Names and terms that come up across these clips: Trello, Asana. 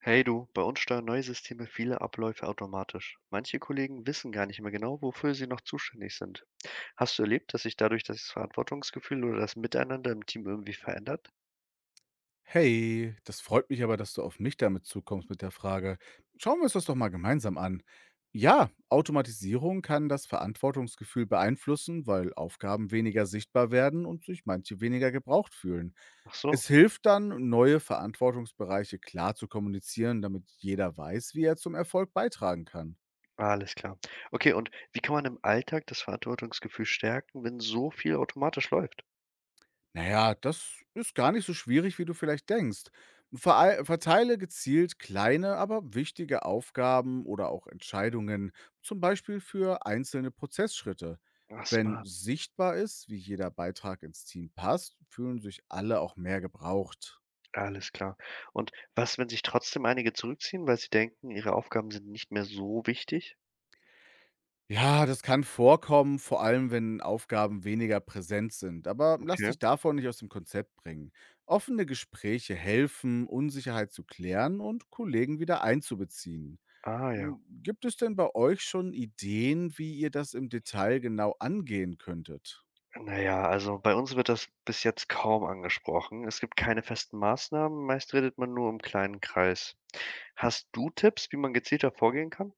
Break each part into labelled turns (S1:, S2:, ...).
S1: Hey du, bei uns steuern neue Systeme viele Abläufe automatisch. Manche Kollegen wissen gar nicht mehr genau, wofür sie noch zuständig sind. Hast du erlebt, dass sich dadurch das Verantwortungsgefühl oder das Miteinander im Team irgendwie verändert?
S2: Hey, das freut mich aber, dass du auf mich damit zukommst mit der Frage. Schauen wir uns das doch mal gemeinsam an. Ja, Automatisierung kann das Verantwortungsgefühl beeinflussen, weil Aufgaben weniger sichtbar werden und sich manche weniger gebraucht fühlen.
S1: Ach so,
S2: Es hilft dann, neue Verantwortungsbereiche klar zu kommunizieren, damit jeder weiß, wie er zum Erfolg beitragen kann.
S1: alles klar. Okay, und wie kann man im Alltag das Verantwortungsgefühl stärken, wenn so viel automatisch läuft?
S2: Naja, das ist gar nicht so schwierig, wie du vielleicht denkst. Verei Verteile gezielt kleine, aber wichtige Aufgaben oder auch Entscheidungen, zum Beispiel für einzelne Prozessschritte.
S1: Ach
S2: Wenn
S1: smart,
S2: sichtbar ist, wie jeder Beitrag ins Team passt, fühlen sich alle auch mehr gebraucht.
S1: alles klar. Und was, wenn sich trotzdem einige zurückziehen, weil sie denken, ihre Aufgaben sind nicht mehr so wichtig?
S2: Ja, das kann vorkommen, vor allem wenn Aufgaben weniger präsent sind, aber lass
S1: Okay.
S2: dich davon nicht aus dem Konzept bringen. Offene Gespräche helfen, Unsicherheit zu klären und Kollegen wieder einzubeziehen.
S1: Ah ja.
S2: Hm, gibt es denn bei euch schon Ideen, wie ihr das im Detail genau angehen könntet?
S1: Na ja, also bei uns wird das bis jetzt kaum angesprochen. Es gibt keine festen Maßnahmen, meist redet man nur im kleinen Kreis. Hast du Tipps, wie man gezielter vorgehen kann?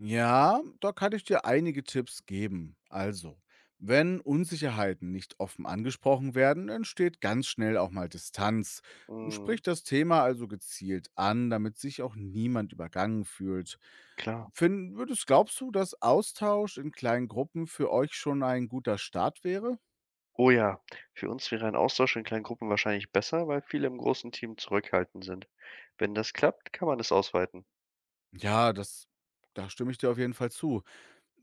S2: Ja, da kann ich dir einige Tipps geben. Also, wenn Unsicherheiten nicht offen angesprochen werden, entsteht ganz schnell auch mal Distanz. Sprich
S1: Mhm,
S2: das Thema also gezielt an, damit sich auch niemand übergangen fühlt.
S1: klar.
S2: Finn, glaubst du, dass Austausch in kleinen Gruppen für euch schon ein guter Start wäre?
S1: Oh ja, für uns wäre ein Austausch in kleinen Gruppen wahrscheinlich besser, weil viele im großen Team zurückhaltend sind. Wenn das klappt, kann man es ausweiten.
S2: Ja, das, Da stimme ich dir auf jeden Fall zu.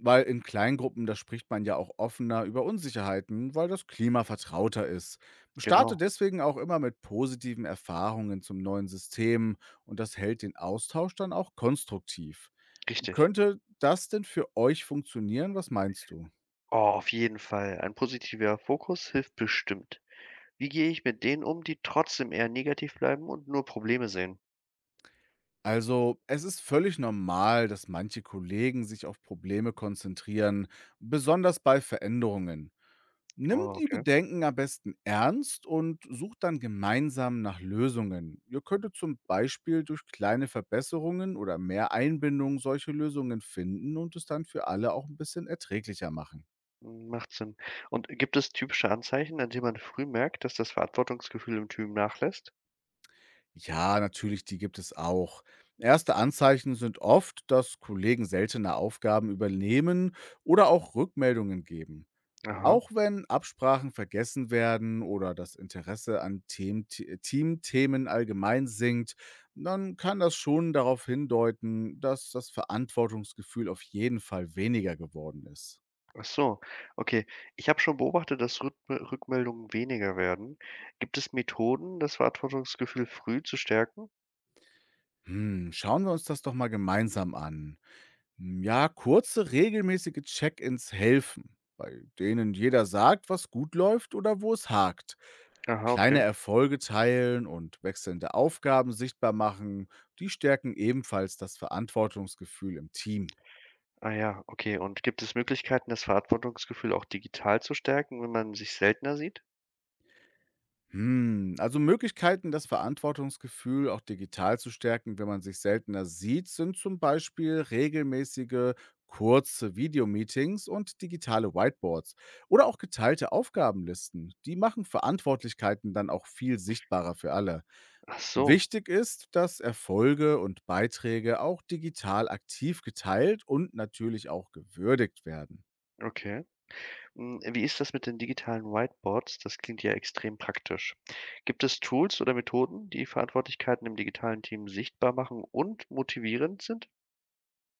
S2: Weil in Kleingruppen, da spricht man ja auch offener über Unsicherheiten, weil das Klima vertrauter ist. Starte
S1: Genau,
S2: deswegen auch immer mit positiven Erfahrungen zum neuen System und das hält den Austausch dann auch konstruktiv.
S1: richtig.
S2: Könnte das denn für euch funktionieren? Was meinst du?
S1: Oh, auf jeden Fall. Ein positiver Fokus hilft bestimmt. Wie gehe ich mit denen um, die trotzdem eher negativ bleiben und nur Probleme sehen?
S2: Also, es ist völlig normal, dass manche Kollegen sich auf Probleme konzentrieren, besonders bei Veränderungen. Nimm
S1: Oh,
S2: die
S1: okay.
S2: Bedenken am besten ernst und sucht dann gemeinsam nach Lösungen. Ihr könntet zum Beispiel durch kleine Verbesserungen oder mehr Einbindung solche Lösungen finden und es dann für alle auch ein bisschen erträglicher machen.
S1: Hm, macht Sinn. Und gibt es typische Anzeichen, an denen man früh merkt, dass das Verantwortungsgefühl im Team nachlässt?
S2: Ja, natürlich, die gibt es auch. Erste Anzeichen sind oft, dass Kollegen seltene Aufgaben übernehmen oder auch Rückmeldungen geben.
S1: Aha,
S2: Auch wenn Absprachen vergessen werden oder das Interesse an Teamthemen allgemein sinkt, dann kann das schon darauf hindeuten, dass das Verantwortungsgefühl auf jeden Fall weniger geworden ist.
S1: ach so. Okay, ich habe schon beobachtet, dass Rückmeldungen weniger werden. Gibt es Methoden, das Verantwortungsgefühl früh zu stärken?
S2: Hm, schauen wir uns das doch mal gemeinsam an. Ja, kurze, regelmäßige Check-ins helfen, bei denen jeder sagt, was gut läuft oder wo es hakt.
S1: Aha,
S2: Kleine
S1: okay.
S2: Erfolge teilen und wechselnde Aufgaben sichtbar machen, die stärken ebenfalls das Verantwortungsgefühl im Team.
S1: Ah ja, okay. Und gibt es Möglichkeiten, das Verantwortungsgefühl auch digital zu stärken, wenn man sich seltener sieht?
S2: Hm, also Möglichkeiten, das Verantwortungsgefühl auch digital zu stärken, wenn man sich seltener sieht, sind zum Beispiel regelmäßige kurze Videomeetings und digitale Whiteboards oder auch geteilte Aufgabenlisten. Die machen Verantwortlichkeiten dann auch viel sichtbarer für alle.
S1: Ach so,
S2: Wichtig ist, dass Erfolge und Beiträge auch digital aktiv geteilt und natürlich auch gewürdigt werden.
S1: okay. Hm, wie ist das mit den digitalen Whiteboards? Das klingt ja extrem praktisch. Gibt es Tools oder Methoden, die Verantwortlichkeiten im digitalen Team sichtbar machen und motivierend sind?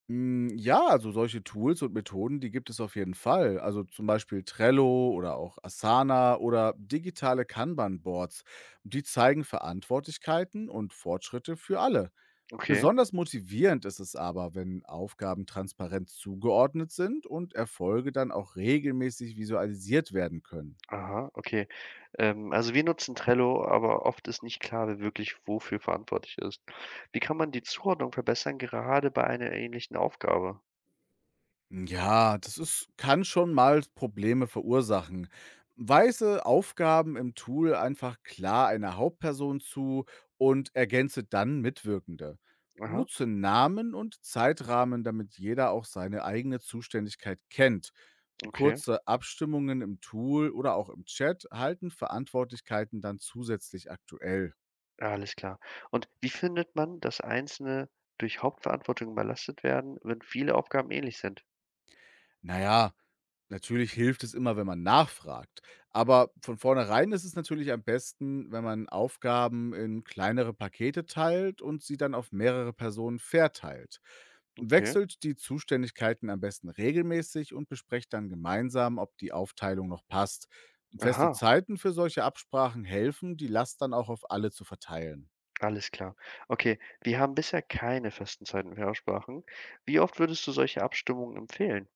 S2: Ja, also solche Tools und Methoden, die gibt es auf jeden Fall. Also zum Beispiel Trello oder auch Asana oder digitale Kanban-Boards. Die zeigen Verantwortlichkeiten und Fortschritte für alle.
S1: Okay,
S2: Besonders motivierend ist es aber, wenn Aufgaben transparent zugeordnet sind und Erfolge dann auch regelmäßig visualisiert werden können.
S1: aha, okay. Also wir nutzen Trello, aber oft ist nicht klar, wer wirklich wofür verantwortlich ist. Wie kann man die Zuordnung verbessern, gerade bei einer ähnlichen Aufgabe?
S2: Ja, das ist kann schon mal Probleme verursachen. Weise Aufgaben im Tool einfach klar einer Hauptperson zu und ergänze dann Mitwirkende.
S1: Aha,
S2: Nutze Namen und Zeitrahmen, damit jeder auch seine eigene Zuständigkeit kennt.
S1: okay,
S2: Kurze Abstimmungen im Tool oder auch im Chat halten Verantwortlichkeiten dann zusätzlich aktuell.
S1: ja, alles klar. Und wie findet man, dass einzelne durch Hauptverantwortung überlastet werden, wenn viele Aufgaben ähnlich sind?
S2: Na ja, natürlich hilft es immer, wenn man nachfragt. Aber von vornherein ist es natürlich am besten, wenn man Aufgaben in kleinere Pakete teilt und sie dann auf mehrere Personen verteilt.
S1: Okay,
S2: Wechselt die Zuständigkeiten am besten regelmäßig und besprecht dann gemeinsam, ob die Aufteilung noch passt.
S1: aha.
S2: Feste Zeiten für solche Absprachen helfen, die Last dann auch auf alle zu verteilen.
S1: Alles klar. Okay, wir haben bisher keine festen Zeiten für Aussprachen. Wie oft würdest du solche Abstimmungen empfehlen?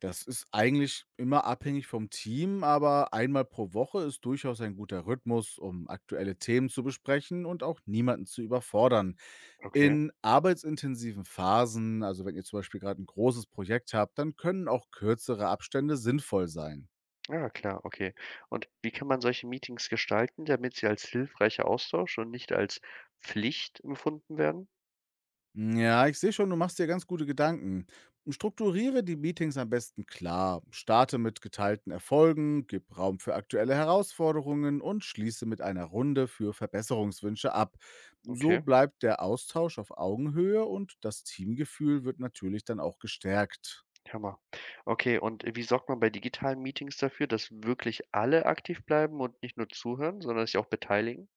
S2: Das ist eigentlich immer abhängig vom Team, aber einmal pro Woche ist durchaus ein guter Rhythmus, um aktuelle Themen zu besprechen und auch niemanden zu überfordern.
S1: Okay,
S2: In arbeitsintensiven Phasen, also wenn ihr zum Beispiel gerade ein großes Projekt habt, dann können auch kürzere Abstände sinnvoll sein.
S1: ja klar, okay. Und wie kann man solche Meetings gestalten, damit sie als hilfreicher Austausch und nicht als Pflicht empfunden werden?
S2: Ja, ich sehe schon, du machst dir ganz gute Gedanken. Strukturiere die Meetings am besten klar. Starte mit geteilten Erfolgen, gib Raum für aktuelle Herausforderungen und schließe mit einer Runde für Verbesserungswünsche ab. So
S1: Okay,
S2: bleibt der Austausch auf Augenhöhe und das Teamgefühl wird natürlich dann auch gestärkt.
S1: Hammer. Okay, und wie sorgt man bei digitalen Meetings dafür, dass wirklich alle aktiv bleiben und nicht nur zuhören, sondern sich auch beteiligen?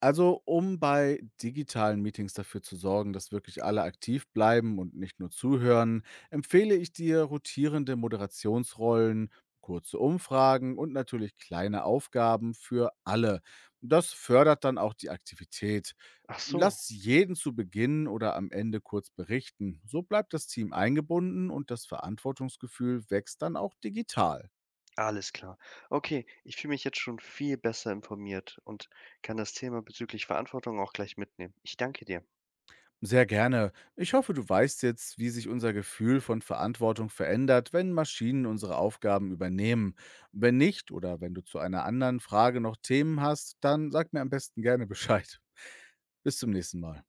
S2: Also, um bei digitalen Meetings dafür zu sorgen, dass wirklich alle aktiv bleiben und nicht nur zuhören, empfehle ich dir rotierende Moderationsrollen, kurze Umfragen und natürlich kleine Aufgaben für alle. Das fördert dann auch die Aktivität.
S1: Ach so,
S2: Lass jeden zu Beginn oder am Ende kurz berichten. So bleibt das Team eingebunden und das Verantwortungsgefühl wächst dann auch digital.
S1: alles klar. Okay, ich fühle mich jetzt schon viel besser informiert und kann das Thema bezüglich Verantwortung auch gleich mitnehmen. Ich danke dir.
S2: Sehr gerne. Ich hoffe, du weißt jetzt, wie sich unser Gefühl von Verantwortung verändert, wenn Maschinen unsere Aufgaben übernehmen. Wenn nicht oder wenn du zu einer anderen Frage noch Themen hast, dann sag mir am besten gerne Bescheid. Bis zum nächsten Mal.